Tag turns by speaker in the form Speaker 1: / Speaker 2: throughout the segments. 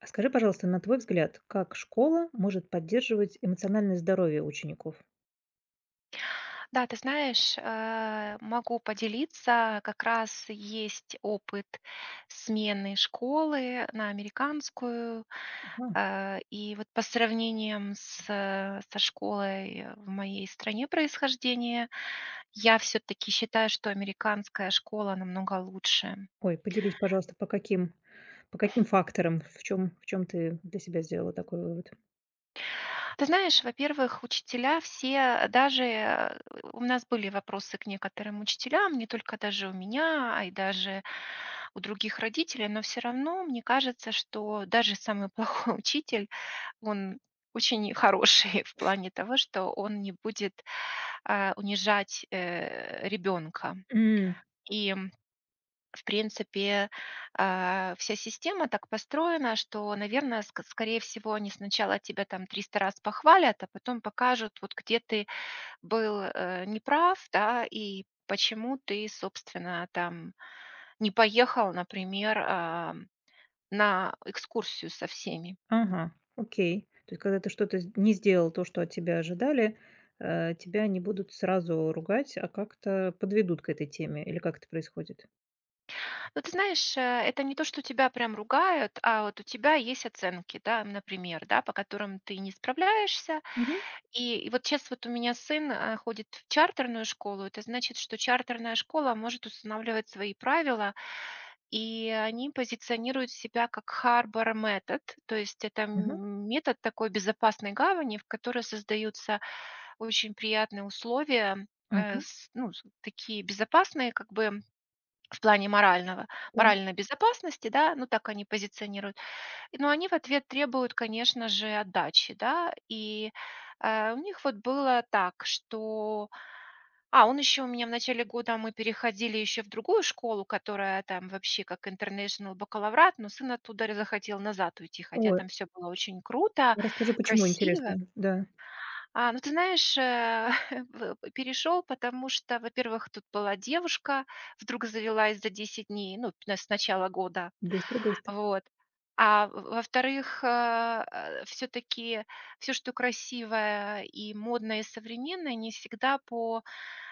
Speaker 1: А скажи, пожалуйста, на твой взгляд, как школа может поддерживать эмоциональное здоровье учеников?
Speaker 2: Да, ты знаешь, могу поделиться. Как раз есть опыт смены школы на американскую.
Speaker 1: Ага.
Speaker 2: И вот по сравнениям со школой в моей стране происхождения, я все-таки считаю, что американская школа намного лучше.
Speaker 1: Ой, поделись, пожалуйста, по каким факторам, в чем ты для себя сделала такой вывод?
Speaker 2: Ты знаешь, во-первых, учителя все, у нас были вопросы к некоторым учителям, не только даже у меня, а и даже у других родителей, но все равно мне кажется, что даже самый плохой учитель, он очень хороший в плане того, что он не будет унижать ребенка.
Speaker 1: М.
Speaker 2: И в принципе, вся система так построена, что, наверное, скорее всего, они сначала тебя там 300 раз похвалят, а потом покажут, вот где ты был неправ, да, и почему ты, собственно, там не поехал, например, на экскурсию со всеми.
Speaker 1: Ага, окей. То есть, когда ты что-то не сделал, то, что от тебя ожидали, тебя не будут сразу ругать, а как-то подведут к этой теме, или как это происходит?
Speaker 2: Ну, ты знаешь, это не то, что тебя прям ругают, а вот у тебя есть оценки, да, например, да, по которым ты не справляешься.
Speaker 1: Мгм.
Speaker 2: И вот сейчас вот у меня сын ходит в чартерную школу. Это значит, что чартерная школа может устанавливать свои правила, и они позиционируют себя как harbor метод, то есть это
Speaker 1: Ага,
Speaker 2: метод такой безопасной гавани, в которой создаются очень приятные условия, э,
Speaker 1: ага,
Speaker 2: с- ну, такие безопасные, как бы в плане морального
Speaker 1: да.
Speaker 2: моральной безопасности, да, ну, так они позиционируют. Но они в ответ требуют, конечно же, отдачи, да. У них вот было так, что он еще у меня в начале года, мы переходили еще в другую школу, которая там вообще как international бакалаврат, но сын оттуда р захотел назад уйти, хотя
Speaker 1: Ой,
Speaker 2: там все было очень круто,
Speaker 1: расскажи, почему
Speaker 2: красиво.
Speaker 1: интересно. Да,
Speaker 2: Ну ты знаешь, в потому что, во-первых, тут была девушка, вдруг завелась за 10 дней, ну, на с начала года,
Speaker 1: быстро, быстро.
Speaker 2: вот. А в Во-вторых, все таки все, что красивое и модное, и современное, не всегда по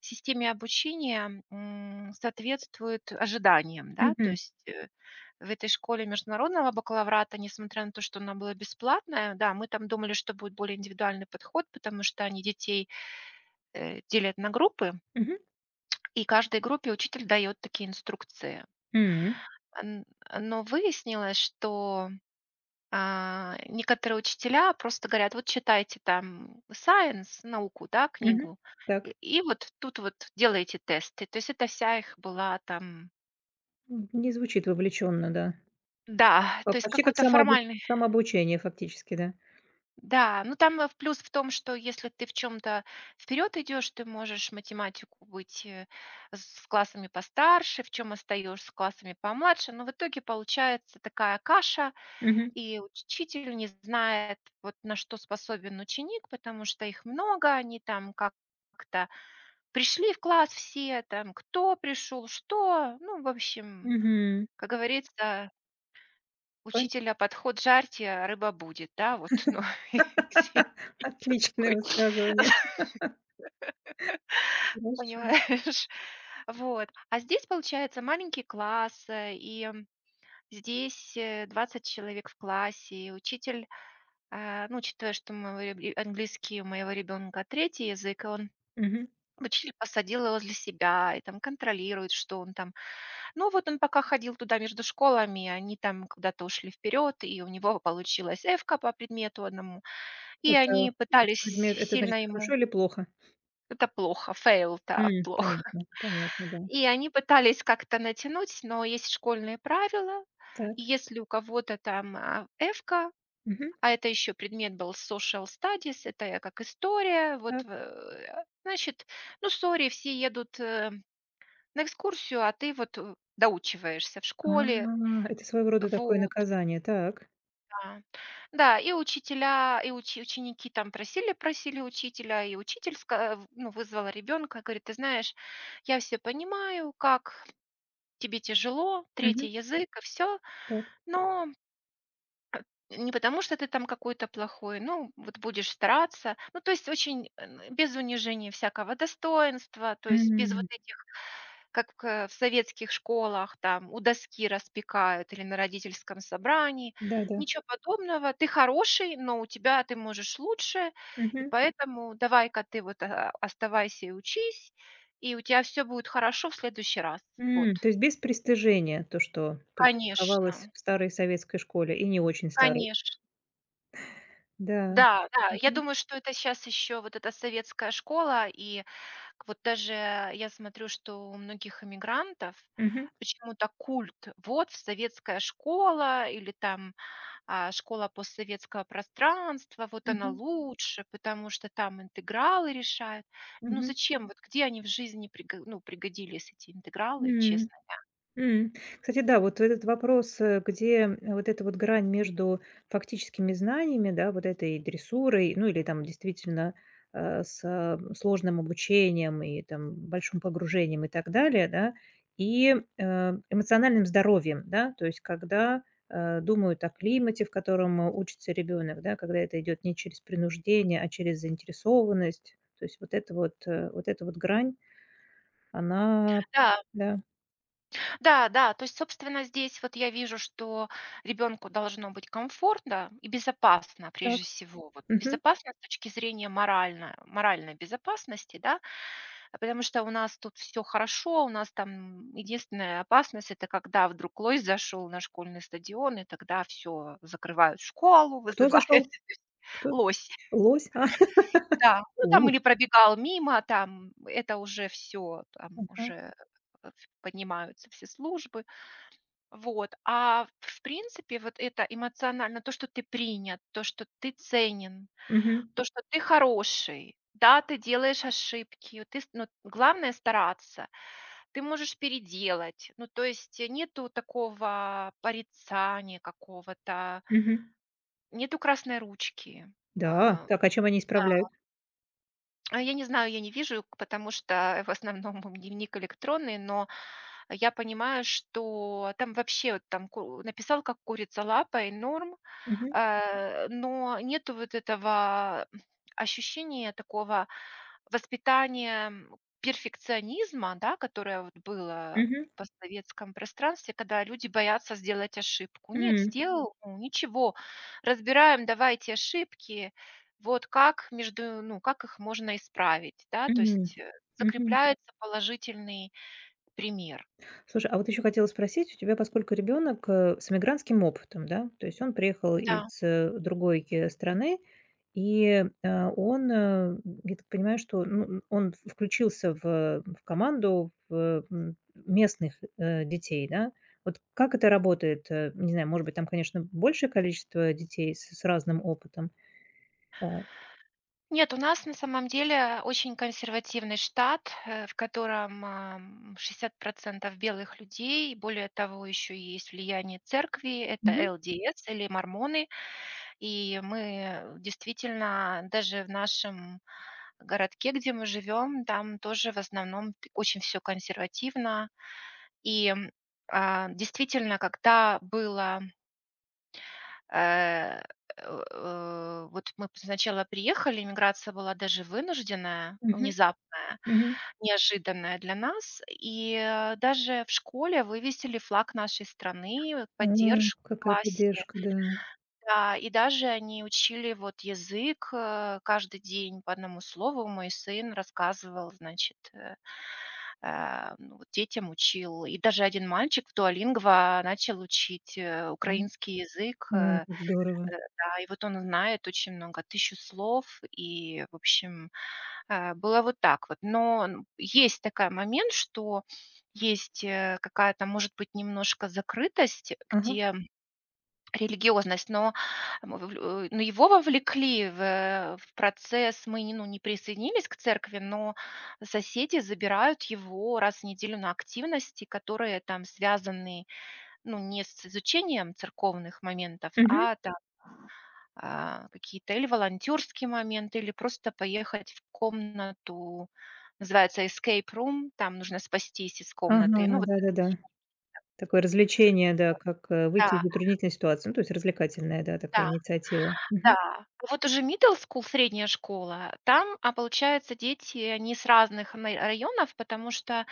Speaker 2: системе обучения, соответствует ожиданиям, да. То
Speaker 1: Мгм.
Speaker 2: есть, в этой школе международного бакалаврата, несмотря на то, что она была бесплатная, да, мы там думали, что будет более индивидуальный подход, потому что они детей делят на группы,
Speaker 1: Мгм.
Speaker 2: и каждой группе учитель дает такие инструкции.
Speaker 1: М.
Speaker 2: Н Но выяснилось, что некоторые учителя просто говорят: "Вот читайте там science, науку, да,
Speaker 1: Мгм.
Speaker 2: книгу,
Speaker 1: Так.
Speaker 2: и вот тут вот делайте тесты". То есть это вся их была там.
Speaker 1: Не звучит вовлеченно, да.
Speaker 2: Да,
Speaker 1: По
Speaker 2: то есть
Speaker 1: Почти как
Speaker 2: какой-то формальный.
Speaker 1: самообучение фактически, да.
Speaker 2: Да, ну там, в плюс в том, что если ты в чем то вперед идешь, ты можешь математику быть, с классами постарше, в чем остаёшься с классами помладше. Но в итоге получается такая каша.
Speaker 1: Мгм.
Speaker 2: И учитель не знает, вот на что способен ученик, потому что их много, они там как-то пришли в класс все, там кто пришел, что. Ну, в общем,
Speaker 1: Мгм.
Speaker 2: как говорится,
Speaker 1: Пон
Speaker 2: учителя подход жарьте, а рыба будет, да, вот, ну, извини
Speaker 1: Отличное
Speaker 2: такой,
Speaker 1: высказывание. Хорошо.
Speaker 2: понимаешь. Вот. А здесь, получается, маленький класс, здесь 20 человек в классе, и учитель. Ну, учитывая, что моего реб и английский у моего ребенка третий язык, и он
Speaker 1: Мгм.
Speaker 2: учитель посадил его возле себя и там контролирует, что он там. Ну, вот он пока ходил туда между школами, они там куда-то ушли вперед и у него получилась F по предмету одному, и
Speaker 1: Это
Speaker 2: они
Speaker 1: это
Speaker 2: пытались
Speaker 1: предмет, это значит
Speaker 2: сильно
Speaker 1: хорошо
Speaker 2: ему.
Speaker 1: или плохо?
Speaker 2: Это плохо, fail, то плохо.
Speaker 1: Понятно, понятно, да.
Speaker 2: И они пытались как-то натянуть, но есть школьные правила.
Speaker 1: Так.
Speaker 2: И если у кого-то там F.
Speaker 1: Мгм.
Speaker 2: Это еще предмет был social studies, это я как история. Вот,
Speaker 1: Так.
Speaker 2: значит, ну, сори, все едут на экскурсию, а ты вот, доучиваешься в
Speaker 1: А,
Speaker 2: школе.
Speaker 1: это своего рода такое
Speaker 2: Вот,
Speaker 1: наказание. Так.
Speaker 2: да. Да, и учителя, и учи ученики там просили учителя, и учитель ска в ну, вызвала ребенка, говорит: "Ты знаешь, я все понимаю, как тебе тяжело,
Speaker 1: Мгм.
Speaker 2: третий язык и все,
Speaker 1: Так.
Speaker 2: но не потому, что ты там какой-то плохой, ну, вот будешь стараться. Ну, то есть очень, без унижения всякого достоинства, то есть без вот
Speaker 1: М.
Speaker 2: этих, как в советских школах, там у доски распекают или на родительском собрании.
Speaker 1: Да-да.
Speaker 2: Ничего подобного. Ты хороший, но у тебя ты можешь лучше, и
Speaker 1: Мгм.
Speaker 2: поэтому давай-ка ты оставайся и учись, и у тебя все будет хорошо в следующий раз.
Speaker 1: То
Speaker 2: Вот.
Speaker 1: есть без пристыжения, то, что практиковалось
Speaker 2: Конечно,
Speaker 1: в старой советской школе и не очень старой.
Speaker 2: конечно.
Speaker 1: Да.
Speaker 2: Да, да, я
Speaker 1: Мгм.
Speaker 2: думаю, что это сейчас еще вот эта советская школа, и вот даже я смотрю, что у многих иммигрантов
Speaker 1: Мгм.
Speaker 2: почему-то культ: вот советская школа или там, школа постсоветского пространства, вот она
Speaker 1: Мгм.
Speaker 2: лучше, потому что там интегралы решают. Ну
Speaker 1: Мгм.
Speaker 2: зачем? Вот где они в жизни приго ну, пригодились, эти интегралы,
Speaker 1: М.
Speaker 2: честно?
Speaker 1: М. Кстати, да, вот этот вопрос, где, вот эта вот грань между фактическими знаниями, да, вот этой дрессурой, ну, или там действительно, сложным обучением и там большим погружением и так далее, да, и, эмоциональным здоровьем, да. То есть когда, думают о климате, в котором, учится ребенок, да, когда это идет не через принуждение, а через заинтересованность. То есть вот эта вот грань, она
Speaker 2: Да.
Speaker 1: Да,
Speaker 2: Да, да, то есть, собственно, здесь вот я вижу, что ребенку должно быть комфортно и безопасно,
Speaker 1: так.
Speaker 2: прежде всего. Вот
Speaker 1: Мгм.
Speaker 2: безопасно с точки зрения моральной безопасности, да, потому что у нас тут все хорошо. У нас там единственная опасность — это когда вдруг лось зашел на школьный стадион, и тогда все закрывают школу,
Speaker 1: Кто
Speaker 2: вызывают
Speaker 1: зашел? Кто?
Speaker 2: лось.
Speaker 1: Лось? А.
Speaker 2: Да, ну там
Speaker 1: У.
Speaker 2: или пробегал мимо, там это уже все, там
Speaker 1: Ага.
Speaker 2: уже э, поднимаются все службы. Вот. А в принципе, вот это эмоционально, то, что ты принят, то, что ты ценен,
Speaker 1: Мгм.
Speaker 2: то, что ты хороший. Да, ты делаешь ошибки, но главное стараться. Ты можешь переделать. Ну, то есть нету такого порицания какого-то,
Speaker 1: Мгм.
Speaker 2: нету красной ручки.
Speaker 1: Да.
Speaker 2: А,
Speaker 1: Так, а чем они исправляют?
Speaker 2: Я не знаю, я не вижу, потому что в основном дневник электронный, но я понимаю, что там вообще вот там написал, как курица лапой, норм.
Speaker 1: Мгм.
Speaker 2: Но нету вот этого ощущения такого воспитания, перфекционизма, да, которое вот было
Speaker 1: Мгм.
Speaker 2: в постсоветском пространстве, когда люди боятся сделать ошибку. Нет,
Speaker 1: М.
Speaker 2: сделал, ну, ничего, разбираем, давайте ошибки, вот как между ну, как их можно исправить, да, то
Speaker 1: Мгм.
Speaker 2: есть,
Speaker 1: Мгм.
Speaker 2: закрепляется положительный пример.
Speaker 1: Слушай, а вот еще хотела спросить, у тебя, поскольку ребенок с мигрантским опытом, да, то есть он приехал из
Speaker 2: Да.
Speaker 1: другой страны, и он, я так понимаю, что ну, он включился в команду местных детей, да? Вот как это работает? Не знаю, может быть, там, конечно, большее количество детей с разным опытом. Да.
Speaker 2: Нет, у нас на самом деле очень консервативный штат, в котором 60% белых людей. Более того, еще есть влияние церкви, это
Speaker 1: Мгм.
Speaker 2: ЛДС или мормоны. И мы действительно даже в нашем городке, где мы живем, там тоже в основном т очень все консервативно. И, м, Действительно, когда было. Э, вот мы сначала приехали, миграция была даже вынужденная,
Speaker 1: Мгм.
Speaker 2: внезапная,
Speaker 1: Мгм.
Speaker 2: неожиданная для нас. Даже в школе вывесили флаг нашей страны,
Speaker 1: О,
Speaker 2: поддержку в
Speaker 1: какая
Speaker 2: классе.
Speaker 1: поддержка, да.
Speaker 2: Да, и даже они учили вот язык, каждый день по одному слову. Мой сын рассказывал, значит, ну, вот детям учил. И даже один мальчик в "Дуолингво" начал учить,
Speaker 1: М.
Speaker 2: украинский язык,
Speaker 1: Ой,
Speaker 2: э
Speaker 1: как здорово.
Speaker 2: Э, Да, и вот он знает очень много, 1000 слов, и, в общем, было вот так вот. Но н есть такой момент, что есть, какая-то, может быть, немножко закрытость,
Speaker 1: Ага.
Speaker 2: где религиозность. Но мы вовлю но его вовлекли в процесс. Мы не, Ну, не присоединились к церкви, но соседи забирают его раз в неделю на активности, которые там связаны, ну, не с изучением церковных моментов,
Speaker 1: Мгм.
Speaker 2: а какие-то или волонтерские моменты, или просто поехать в комнату, называется escape room, там нужно спастись из комнаты.
Speaker 1: Ага,
Speaker 2: Ну, вот
Speaker 1: да-да-да.
Speaker 2: развлечения.
Speaker 1: Такое развлечение, да, как,
Speaker 2: Да,
Speaker 1: выйти из затруднительной ситуации. Ну, то есть развлекательная, да, такая
Speaker 2: да,
Speaker 1: инициатива. Мгм.
Speaker 2: да. Ну, вот уже middle school, средняя школа, там, получается, дети, они с разных районов, потому что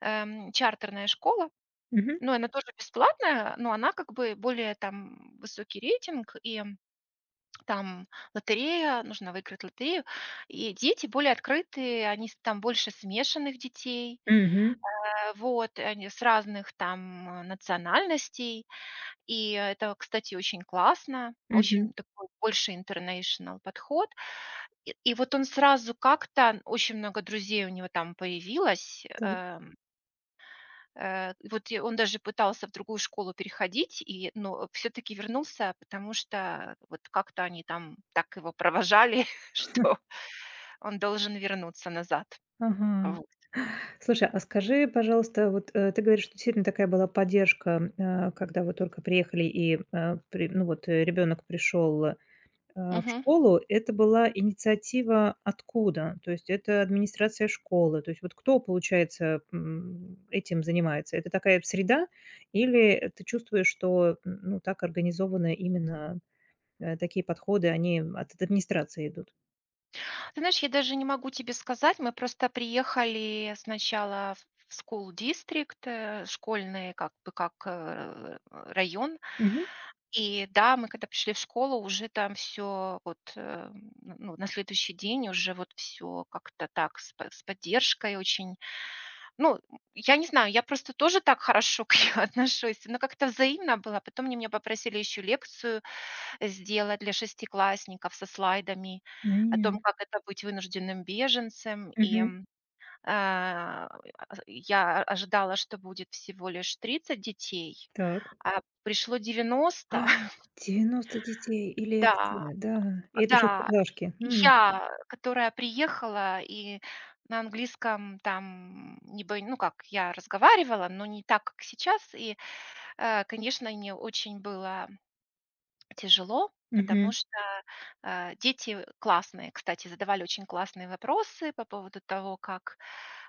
Speaker 2: чартерная школа,
Speaker 1: Мгм.
Speaker 2: ну, она тоже бесплатная, но она как бы более там высокий рейтинг, и там лотерея, нужно выиграть лотерею. И дети более открытые, они там больше смешанных детей,
Speaker 1: Мгм.
Speaker 2: э, вот, они с разных там национальностей. И это, кстати, очень классно,
Speaker 1: Мгм.
Speaker 2: очень такой больше international подход. И вот он сразу как-то, очень много друзей у него там появилось.
Speaker 1: Так.
Speaker 2: Вот и он даже пытался в другую школу переходить, но все-таки вернулся, потому что вот как-то они там так его провожали что он должен вернуться назад.
Speaker 1: Ага.
Speaker 2: Вот.
Speaker 1: Слушай, а скажи, пожалуйста, вот, ты говоришь, что действительно такая была поддержка, когда вы только приехали и, э, при ну, вот, ребенок пришел в
Speaker 2: Мгм.
Speaker 1: школу, это была инициатива откуда? То есть это администрация школы? То есть вот кто, получается, этим занимается? Это такая среда или ты чувствуешь, что, ну, так организованы именно, такие подходы, они от администрации идут?
Speaker 2: Ты знаешь, я даже не могу тебе сказать. Мы просто приехали сначала в school district, школьный как бы как, район.
Speaker 1: Мгм.
Speaker 2: И да, мы когда пришли в школу, уже там все вот, н- ну, на следующий день уже вот все как-то так с поддержкой очень. Ну, я не знаю, я просто тоже так хорошо к ней отношусь, но как-то взаимно было. Потом они меня попросили еще лекцию сделать для шестиклассников со слайдами. О том,
Speaker 1: М.
Speaker 2: как это быть вынужденным беженцем.
Speaker 1: Мгм.
Speaker 2: А, я ожидала, что будет всего лишь 30 детей,
Speaker 1: Так.
Speaker 2: а пришло 90.
Speaker 1: А, 90 детей и
Speaker 2: Да,
Speaker 1: лекция, да. И это
Speaker 2: да.
Speaker 1: шестиклашки.
Speaker 2: И
Speaker 1: М.
Speaker 2: я, которая приехала и на английском там не бо ну как, я разговаривала, но не так, как сейчас. Конечно, мне очень было тяжело, потому
Speaker 1: Мгм.
Speaker 2: что, дети классные, кстати, задавали очень классные вопросы по поводу того, как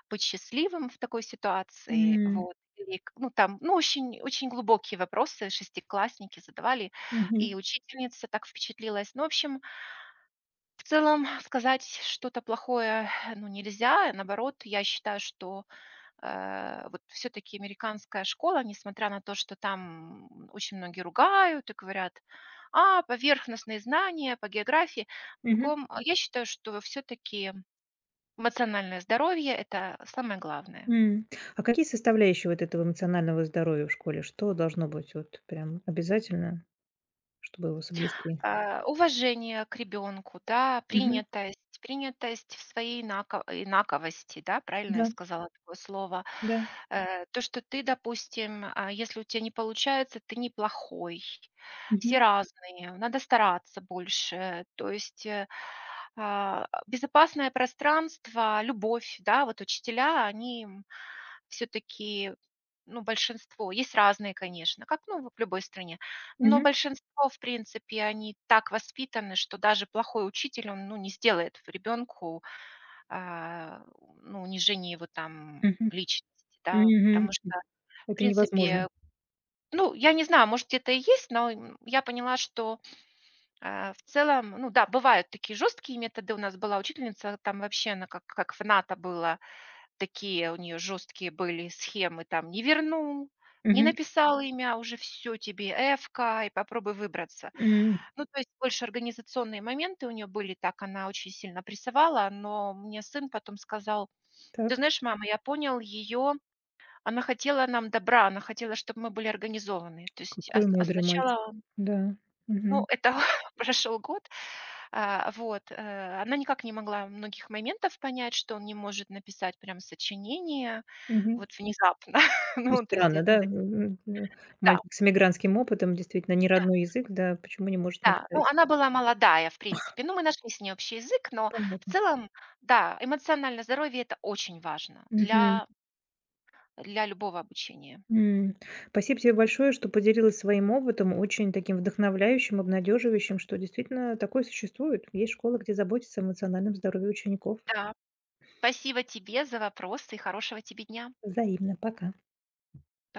Speaker 2: быть счастливым в такой ситуации.
Speaker 1: М.
Speaker 2: Вот. Или к Ну, там, ну, очень очень глубокие вопросы шестиклассники задавали, и
Speaker 1: Мгм.
Speaker 2: учительница так впечатлилась. Ну, в общем, в целом сказать что-то плохое, ну, нельзя. Наоборот, я считаю, что вот все-таки американская школа, несмотря на то, что там очень многие ругают и говорят, поверхностные знания по географии. В
Speaker 1: Мгм.
Speaker 2: другом, а я считаю, что все-таки эмоциональное здоровье – это самое главное.
Speaker 1: М. А какие составляющие вот этого эмоционального здоровья в школе? Что должно быть вот прям обязательно, чтобы его соблюсти?
Speaker 2: Уважение к ребенку, да,
Speaker 1: Мгм.
Speaker 2: принятость в своей инаковости, да, правильно я
Speaker 1: Да,
Speaker 2: сказала такое слово.
Speaker 1: да.
Speaker 2: То, что ты, допустим, если у тебя не получается, ты неплохой, все
Speaker 1: Мгм.
Speaker 2: разные, надо стараться больше. То есть безопасное пространство, любовь, да, вот учителя, они все-таки ну, большинство, есть разные, конечно, как ну, в любой стране, но
Speaker 1: Мгм.
Speaker 2: большинство, в принципе, они так воспитаны, что даже плохой учитель, он, ну, не сделает в ребенку, а, ну, унижение его там
Speaker 1: Мгм.
Speaker 2: личности, да.
Speaker 1: Мгм.
Speaker 2: Потому что, в
Speaker 1: Это невозможно.
Speaker 2: принципе, ну, я не знаю, может, где-то и есть, но я поняла, что, в целом, ну да, бывают такие жесткие методы. У нас была учительница, там вообще она как фната была. Такие у нее жесткие были схемы, там не вернул, не
Speaker 1: Мгм.
Speaker 2: написал имя, уже все тебе эвка, и попробуй выбраться.
Speaker 1: М.
Speaker 2: Ну, то есть больше организационные моменты у нее были, так она очень сильно прессовала, но мне сын потом сказал: ты
Speaker 1: Так,
Speaker 2: знаешь, мама, я понял ее, она хотела нам добра, она хотела, чтобы мы были организованы. То есть а,
Speaker 1: какой
Speaker 2: с- а
Speaker 1: мудрый мальчик.
Speaker 2: сначала
Speaker 1: Да.
Speaker 2: ну,
Speaker 1: Мгм.
Speaker 2: это прошел год. Вот, она никак не могла многих моментов понять, что он не может написать прям сочинение
Speaker 1: Мгм.
Speaker 2: вот внезапно.
Speaker 1: Ну,
Speaker 2: Ну, то есть
Speaker 1: странно, да?
Speaker 2: надо. Да,
Speaker 1: Мальчик с эмигрантским опытом, действительно, не
Speaker 2: да,
Speaker 1: родной язык, да, почему не может
Speaker 2: да. Ну,
Speaker 1: написать?
Speaker 2: она была молодая, в принципе. Ну, мы нашли с ней общий язык, но в
Speaker 1: Понятно.
Speaker 2: целом, да, эмоциональное здоровье это очень важно
Speaker 1: Мгм.
Speaker 2: для любого обучения.
Speaker 1: М. Спасибо тебе большое, что поделилась своим опытом, очень таким вдохновляющим, обнадеживающим, что действительно такое существует. Есть школы, где заботятся о эмоциональном здоровье учеников.
Speaker 2: Да. Спасибо тебе за вопросы и хорошего тебе дня.
Speaker 1: Взаимно. Пока.